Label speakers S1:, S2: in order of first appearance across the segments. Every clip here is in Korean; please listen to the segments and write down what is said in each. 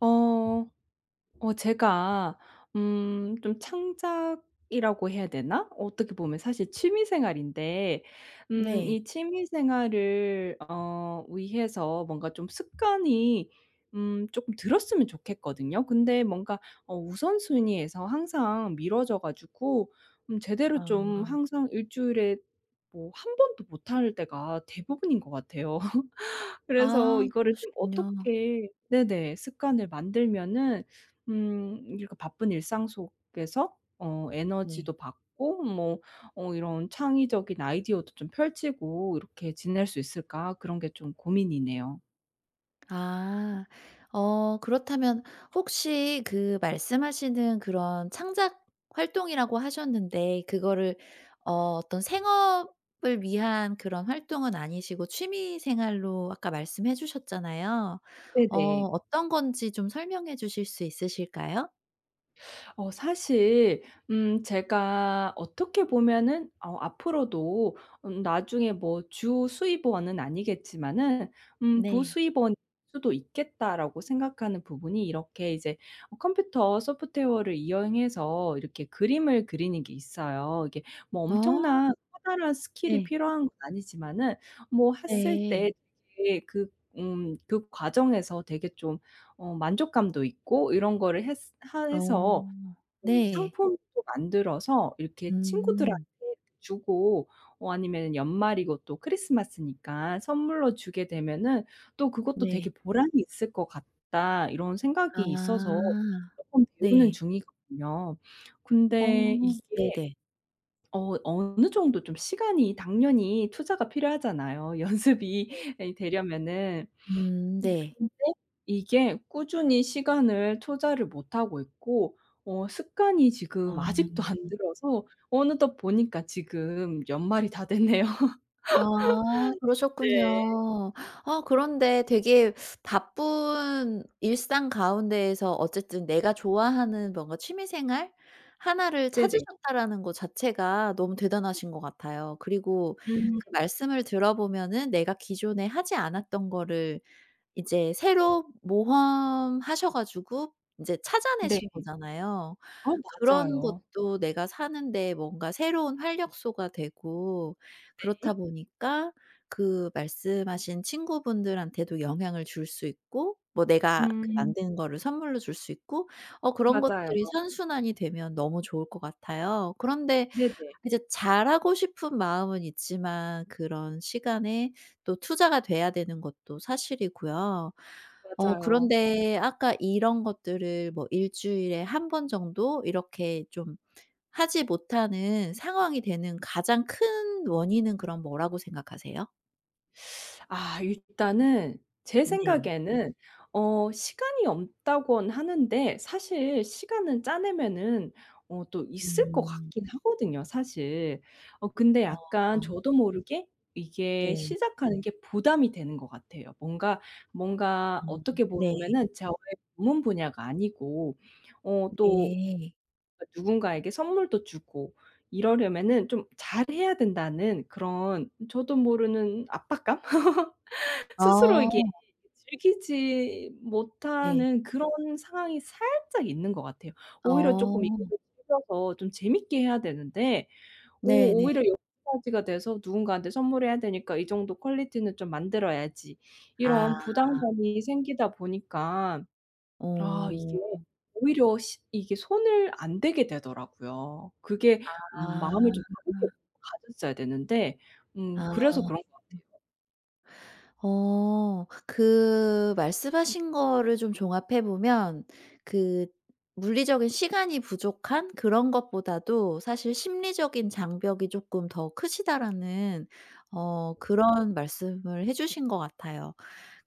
S1: 어. 제가 좀 창작이라고 해야 되나? 어떻게 보면 사실 취미 생활인데
S2: 네.
S1: 이 취미 생활을 위해서 뭔가 좀 습관이 조금 들었으면 좋겠거든요. 근데 뭔가 우선순위에서 항상 미뤄져 가지고 제대로
S2: 아.
S1: 좀 항상 일주일에 뭐 한 번도 못할 때가 대부분인 것 같아요. 그래서
S2: 아
S1: 이거를 좀
S2: 그러시군요.
S1: 어떻게, 네네, 습관을 만들면은 이렇게 바쁜 일상 속에서
S2: 네.
S1: 에너지도 받고 뭐 이런 창의적인 아이디어도 좀 펼치고 이렇게 지낼 수 있을까 그런 게 좀 고민이네요.
S2: 아. 어 그렇다면 혹시 그 말씀하시는 그런 창작 활동이라고 하셨는데 그거를 어 어떤 생업을 위한 그런 활동은 아니시고 취미 생활로 아까 말씀해 주셨잖아요. 어
S1: 네네.
S2: 어떤 건지 좀 설명해 주실 수 있으실까요?
S1: 사실 제가 어떻게 보면은 앞으로도 나중에 뭐 '주 수입원은 아니겠지만은
S2: 네.
S1: 부수입원일 수도 있겠다.'라고 생각하는 부분이 이렇게 이제 컴퓨터 소프트웨어를 이용해서 이렇게 그림을 그리는 게 있어요. 이게 뭐
S2: 어,
S1: 엄청난 커다란 스킬이
S2: 네.
S1: 필요한 건 아니지만은 뭐 했을
S2: 네.
S1: 때 되게 그 과정에서 되게 좀 만족감도 있고 이런 거를 했 하
S2: 어.
S1: 해서 좀
S2: 네.
S1: 상품도 만들어서 이렇게 친구들한테
S2: 음.
S1: 주고 아니면은 연말이고 또 크리스마스니까 선물로 주게 되면은 또 그것도
S2: 네.
S1: 되게 '보람이 있을 것 같다.' 이런 생각이
S2: 아.
S1: 있어서 쪼끔 배우는
S2: 네.
S1: 중이거든요.
S2: 어
S1: 근데 이게
S2: 네네.
S1: 어느 정도 좀 시간이 당연히 투자가 필요하잖아요 연습이
S2: 네.
S1: 이 되려면은. 음
S2: 네.
S1: 근데 이게 꾸준히 시간을 투자를 못 하고 있고 습관이 지금
S2: 아.
S1: 아직도 안 들어서 어느덧 보니까 지금 연말이 다 됐네요.
S2: 아
S1: 네.
S2: 그러셨군요. 아 그런데 되게 바쁜 일상 가운데에서 어쨌든 내가 좋아하는 뭔가 취미 생활 하나를
S1: 네네.
S2: 찾으셨다라는 거 자체가 너무 대단하신 것 같아요. 그리고
S1: 음
S2: 그 말씀을 들어보면은 내가 기존에 하지 않았던 거를 이제 새로 모험하셔 가지고 인제
S1: 네.
S2: 찾아내신 거잖아요.
S1: 어
S2: 그런
S1: 맞아요.
S2: 것도 내가 사는데 뭔가 새로운 활력소가 되고 그렇다
S1: 네.
S2: 보니까 그 말씀하신 친구분들한테도 영향을 줄 수 있고 뭐 내가 그
S1: 음
S2: 만든 거를 선물로 줄 수 있고 어 그런
S1: 맞아요.
S2: 것들이 선순환이 되면 너무 좋을 것 같아요. 그런데
S1: 네네.
S2: 이제 잘하고 싶은 마음은 있지만 그런 시간에 또 투자가 돼야 되는 것도 사실이고요. 어
S1: 맞아요.
S2: 그런데 아까 이런 것들을 뭐 일 주일에 한 번 정도 이렇게 좀 하지 못하는 상황이 되는 가장 큰 원인은 그럼 뭐라고 생각하세요?
S1: 아 일단은 제, 네,
S2: 네.
S1: 생각에는 시간이 없다곤 하는데 사실 시간은 짜내면은 또 있을 것
S2: 음.
S1: 같긴 하거든요 사실. 근데 약간
S2: 어
S1: 저도 모르게 이게
S2: 네.
S1: 시작하는 게 부담이 되는 것 같아요. 뭔가
S2: 음.
S1: 어떻게
S2: 네.
S1: 보면은 저의 전문 분야가 아니고 또
S2: 네.
S1: 누군가에게 선물도 주고 이러려면은 좀 잘해야 된다는 그런 저도 모르는 압박감? 스스로 이게
S2: 어
S1: 즐기지
S2: 네.
S1: 못하는 그런 상황이 살짝 있는 것 같아요. 오히려 쪼끔
S2: 어
S1: 이거를 즐겨서 좀 재밌게 해야 되는데
S2: 네네.
S1: 오히려 여기까지가 돼서 누군가한테 선물해야 되니까 '이 정도 퀄리티는 좀 만들어야지.'
S2: 아.
S1: 이런 부담감이 생기다 보니까 아 이게
S2: 어.
S1: 오히려 시 이게 손을 안 대게 되더라고요. 그게
S2: 아.
S1: 마음을 좀 가볍게 가졌어야 되는데 그래서
S2: 아.
S1: 그런 것 같아요.
S2: 어. 그 말씀하신 거를 좀 종합해 보면 그 물리적인 시간이 부족한 그런 것보다도 사실 '심리적인 장벽이 조금 더 크시다.'라는 어 그런 말씀을 해 주신 것 같아요.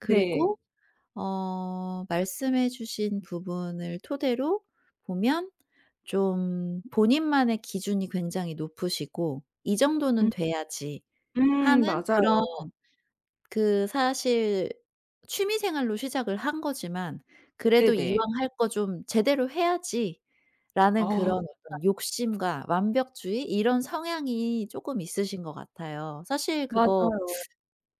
S1: 네.
S2: 어 말씀해 주신 부분을 토대로 보면 좀 본인만의 기준이 굉장히 높으시고 '이 정도는 돼야지.' 하는 그런
S1: 맞아요.
S2: 그 사실 취미 생활로 시작을 한 거지만 그래도 '이왕
S1: 네네.
S2: 할 거 좀 제대로 해야지.'라는
S1: 어
S2: 그런 어떤 욕심과 완벽주의 이런 성향이 쪼끔 있으신 것 같아요. 사실 그거
S1: 맞아요.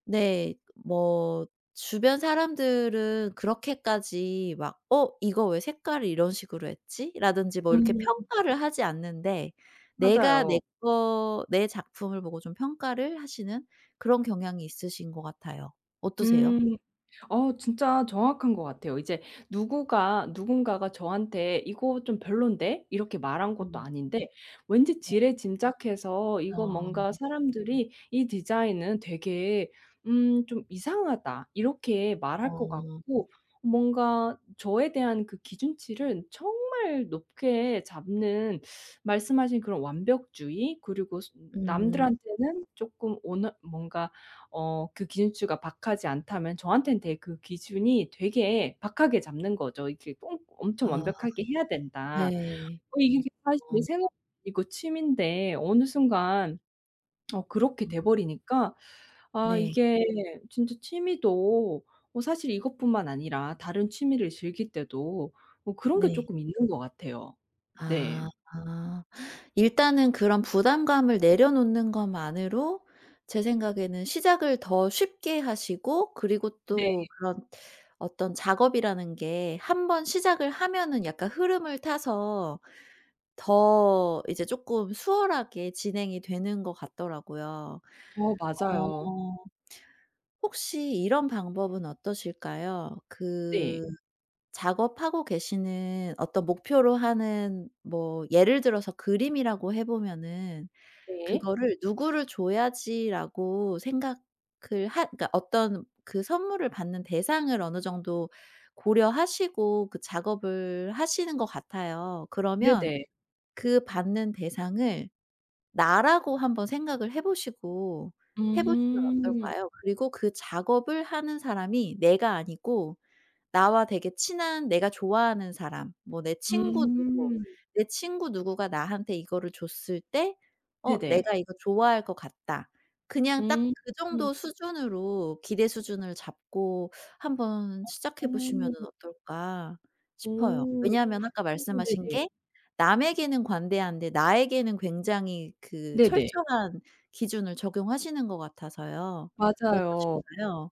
S2: 네. 뭐 주변 사람들은 그렇게까지 막 '어 이거 왜 색깔을 이런 식으로 했지?' 라든지 뭐 이렇게
S1: 음
S2: 평가를 하지 않는데 내가 내
S1: 맞아요.
S2: 거 내 작품을 보고 좀 평가를 하시는 그런 경향이 있으신 것 같아요. 어떠세요?
S1: 음. 진짜 정확한 것 같아요. 이제 누구가 누군가가 저한테 "이거 좀 별론데?" 이렇게 말한 것도
S2: 음
S1: 아닌데 왠지
S2: 네.
S1: 지레짐작해서 이거 뭔가
S2: 어.
S1: 사람들이 "이 디자인은 되게 좀 이상하다." 이렇게 말할 것
S2: 어.
S1: 같고 뭔가 저에 대한 그 기준치를 정말 높게 잡는 말씀하신 그런 완벽주의 그리고
S2: 음.
S1: 남들한테는 조금 오너 뭔가 그 기준치가 박하지 않다면 저한테는 되게 그 기준이 되게 박하게 잡는 거죠. 이렇게 꼭 엄청
S2: 아
S1: 완벽하게 해야 된다.
S2: 네.
S1: 이게 사실
S2: 어
S1: 생업 이고 취미인데 어느 순간 그렇게 돼 버리니까 아
S2: 네.
S1: 이게 진짜 취미도 사실 이것뿐만 아니라 다른 취미를 즐길 때도 그런 게
S2: 네.
S1: 조금 있는 것 같아요.
S2: 아.
S1: 네.
S2: 아. 일단은 그런 부담감을 내려놓는 것만으로 제 생각에는 시작을 더 쉽게 하시고 그리고
S1: 네.
S2: 또 그런 어떤 작업이라는 게 한번 시작을 하면은 약간 흐름을 타서 더 이제 쪼끔 수월하게 진행이 되는 것 같더라고요.
S1: 어
S2: 어
S1: 맞아요.
S2: 혹시 이런 방법은 어떠실까요?
S1: 네.
S2: 그 작업하고 계시는 어떤 목표로 하는 뭐 예를 들어서 그림이라고 해 보면은
S1: 네.
S2: 그거를 '누구를 줘야지.'라고 생각을 하 그러니까 어떤 그 선물을 받는 대상을 어느 정도 고려하시고 그 작업을 하시는 것 같아요. 그러면
S1: 네네.
S2: 그 받는 대상을 나라고 한번 생각을 해 보시고 해 보시면
S1: 음.
S2: 어떨까요? 그리고 그 작업을 하는 사람이 내가 아니고 나와 되게 친한 내가 좋아하는 사람, 뭐 내 친구 누구,
S1: 음.
S2: 내 친구 누구가 나한테 이거를 줬을 때 '어
S1: 네네.
S2: 내가 이거 좋아할 것 같다.' 그냥 딱
S1: 음.
S2: 그
S1: 음.
S2: 정도 수준으로 기대 수준을 잡고 한번 시작해 보시면은
S1: 어.
S2: 어떨까 싶어요.
S1: 오.
S2: 왜냐하면 아까
S1: 오
S2: 말씀하신
S1: 네네.
S2: 게 남에게는 관대한데 나에게는 굉장히 그
S1: 네네.
S2: 철저한 기준을 적용하시는 것 같아서요.
S1: 맞아요.
S2: 어떠실까요?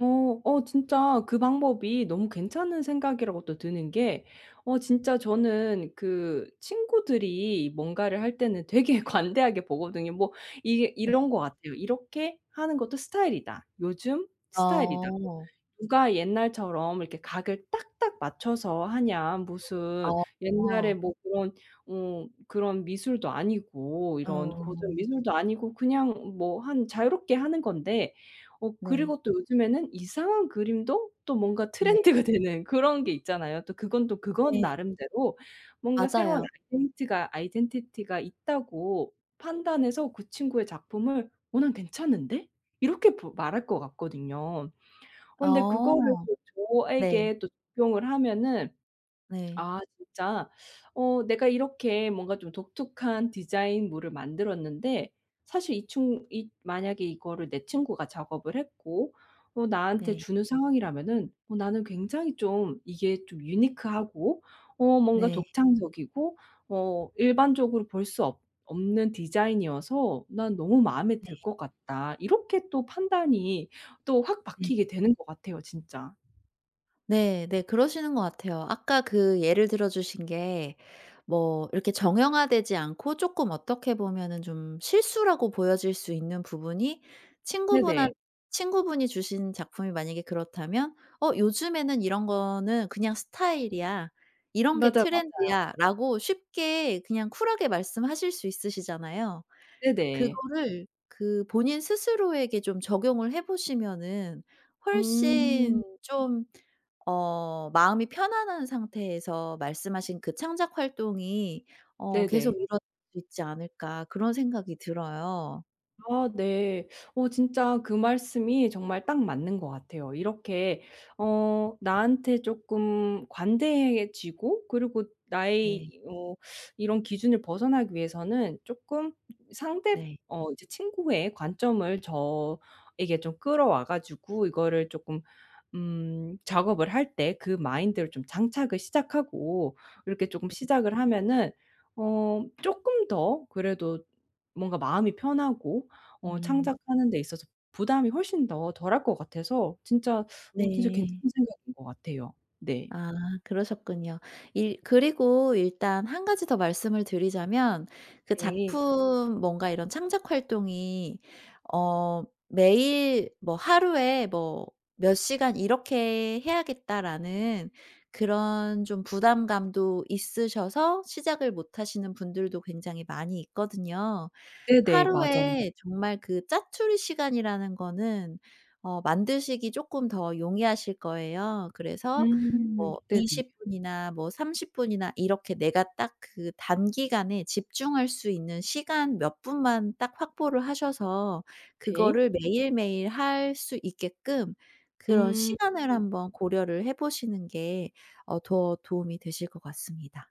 S1: 어. 진짜 그 방법이 너무 괜찮은 생각이라고 또 드는 게 진짜 저는 그 친구들이 뭔가를 할 때는 되게 관대하게 보거든요. 뭐 이게
S2: 네.
S1: 이런 것 같아요. '이렇게 하는 것도 스타일이다. 요즘 스타일이다.'
S2: 어.
S1: 누가 옛날처럼 이렇게 각을 딱딱 맞춰서 하냐. 무슨
S2: 어.
S1: 옛날에 뭐 그런 미술도 아니고 이런 고전
S2: 어
S1: 미술도 아니고 그냥 뭐 한 자유롭게 하는 건데
S2: 네.
S1: 그리고 또 요즘에는 이상한 그림도 또 뭔가
S2: 네.
S1: 트렌드가 되는 그런 게 있잖아요. 또 그건
S2: 네.
S1: 나름대로 뭔가 새로운
S2: 맞아요.
S1: 아이덴티가 아이덴티티가 있다고 판단해서 그 친구의 작품을 '어 난 괜찮은데?' 이렇게 보 말할 것 같거든요. 근데 그거를
S2: 어.
S1: 또
S2: 네.
S1: 저에게 또 적용을 하면은
S2: 네.
S1: 아 진짜 내가 이렇게 뭔가 좀 독특한 디자인물을 만들었는데 사실 이 친 이 만약에 이거를 내 친구가 작업을 했고 나한테
S2: 네.
S1: 주는 상황이라면은 나는 굉장히 좀 이게 좀 유니크하고 뭔가
S2: 네.
S1: 독창적이고 일반적으로 볼 수 없 없는 디자인이어서 '난 너무 마음에
S2: 네.
S1: 들 것 같다.' 이렇게 또 판단이 또 확
S2: 네.
S1: 바뀌게 되는 것 같아요 진짜.
S2: 네. 네. 그러시는 것 같아요. 아까 그 예를 들어 주신 게 뭐 이렇게 정형화되지 않고 쪼끔 어떻게 보면은 좀 실수라고 보여질 수 있는 부분이 친구분한
S1: 네네.
S2: 친구분이 주신 작품이 만약에 그렇다면 '어 요즘에는 이런 거는 그냥 스타일이야. 이런 게
S1: 맞아 맞아.
S2: 트렌드야.'라고 쉽게 그냥 쿨하게 말씀하실 수 있으시잖아요.
S1: 네네.
S2: 그거를 그 본인 스스로에게 좀 적용을 해 보시면은 훨씬
S1: 음.
S2: 좀 어 마음이 편안한 상태에서 말씀하신 그 창작 활동이 어
S1: 네네.
S2: 계속 이뤄질 수 있지 않을까 그런 생각이 들어요.
S1: 아 네. 진짜 그 말씀이 정말 딱 맞는 것 같아요. 이렇게 나한테 쪼끔 관대해지고 그리고
S2: 네.
S1: 나의 이런 기준을 벗어나기 위해서는 쪼끔 상대
S2: 네.
S1: 어 이제 친구의 관점을 저에게 좀 끌어와 가지고 이거를 쪼끔 작업을 할 때 그 마인드를 좀 장착을 시작하고 이렇게 조금 시작을 하면은 조금 더 그래도 뭔가 마음이 편하고
S2: 음.
S1: 창작하는 데 있어서 부담이 훨씬 더 덜할 것 같아서 진짜 진짜
S2: 네.
S1: 괜찮은 생각인 것 같아요. 네.
S2: 아 그러셨군요. 일 그리고 일단 한 가지 더 말씀을 드리자면 그
S1: 네.
S2: 작품 뭔가 이런 창작 활동이 어 매일 뭐 하루에 뭐 '몇 시간 이렇게 해야겠다.'라는 그런 좀 부담감도 있으셔서 시작을 못 하시는 분들도 굉장히 많이 있거든요.
S1: 네네. 맞아요.
S2: 하루에 정말 그 짜투리 시간이라는 거는 어 만드시기 조금 더 용이하실 거예요. 그래서
S1: 음.
S2: 뭐
S1: 네네.
S2: 20분 분이나 뭐 30분 분이나 이렇게 내가 딱 그 단기간에 집중할 수 있는 시간 몇 분만 딱 확보를 하셔서
S1: 네.
S2: 그거를 매일매일 할 수 있게끔 그런
S1: 음.
S2: 시간을 한번 고려를 해 보시는 게 어 더 도움이 되실 것 같습니다.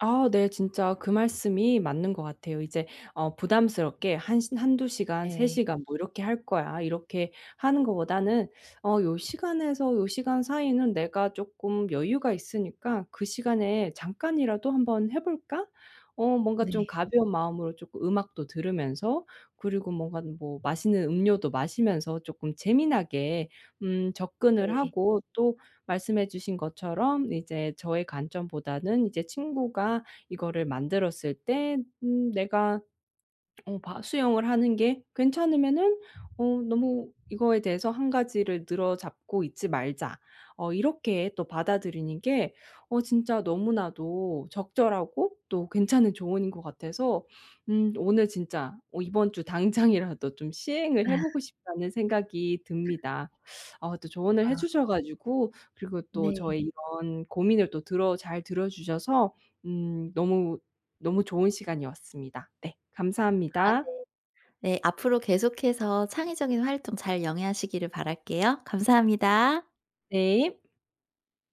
S1: 아 네. 진짜 그 말씀이 맞는 것 같아요. 이제 부담스럽게 한 시 1~2시간 세
S2: 네.
S1: 시간 뭐 "이렇게 할 거야." 이렇게 하는 것보다는 요 시간에서 요 시간 사이는 내가 조금 여유가 있으니까 '그 시간에 잠깐이라도 한번 해 볼까?' 뭔가
S2: 네.
S1: 좀 가벼운 마음으로 조금 음악도 들으면서 그리고 뭔가 뭐 맛있는 음료도 마시면서 조금 재미나게 접근을
S2: 네.
S1: 하고 또 말씀해 주신 것처럼 이제 저의 관점보다는 이제 친구가 이거를 만들었을 때 내가 수영을 하는 게 괜찮으면은 너무 '이거에 대해서 한 가지를 늘어잡고 있지 말자.' 이렇게 또 받아들이는 게 진짜 너무나도 적절하고 또 괜찮은 조언인 것 같아서 오늘 진짜 이번 주 당장이라도 좀 시행을 해 보고 싶다는 생각이 듭니다. 또 조언을 해
S2: 아
S1: 주셔 가지고 그리고 또
S2: 네.
S1: 저의 이런 고민을 또 들어 잘 들어 주셔서 너무 너무 좋은 시간이었습니다. 네.
S2: 아
S1: 감사합니다.
S2: 네. 앞으로 계속해서 창의적인 활동 잘 영위하시기를 바랄게요. 감사합니다.
S1: 네.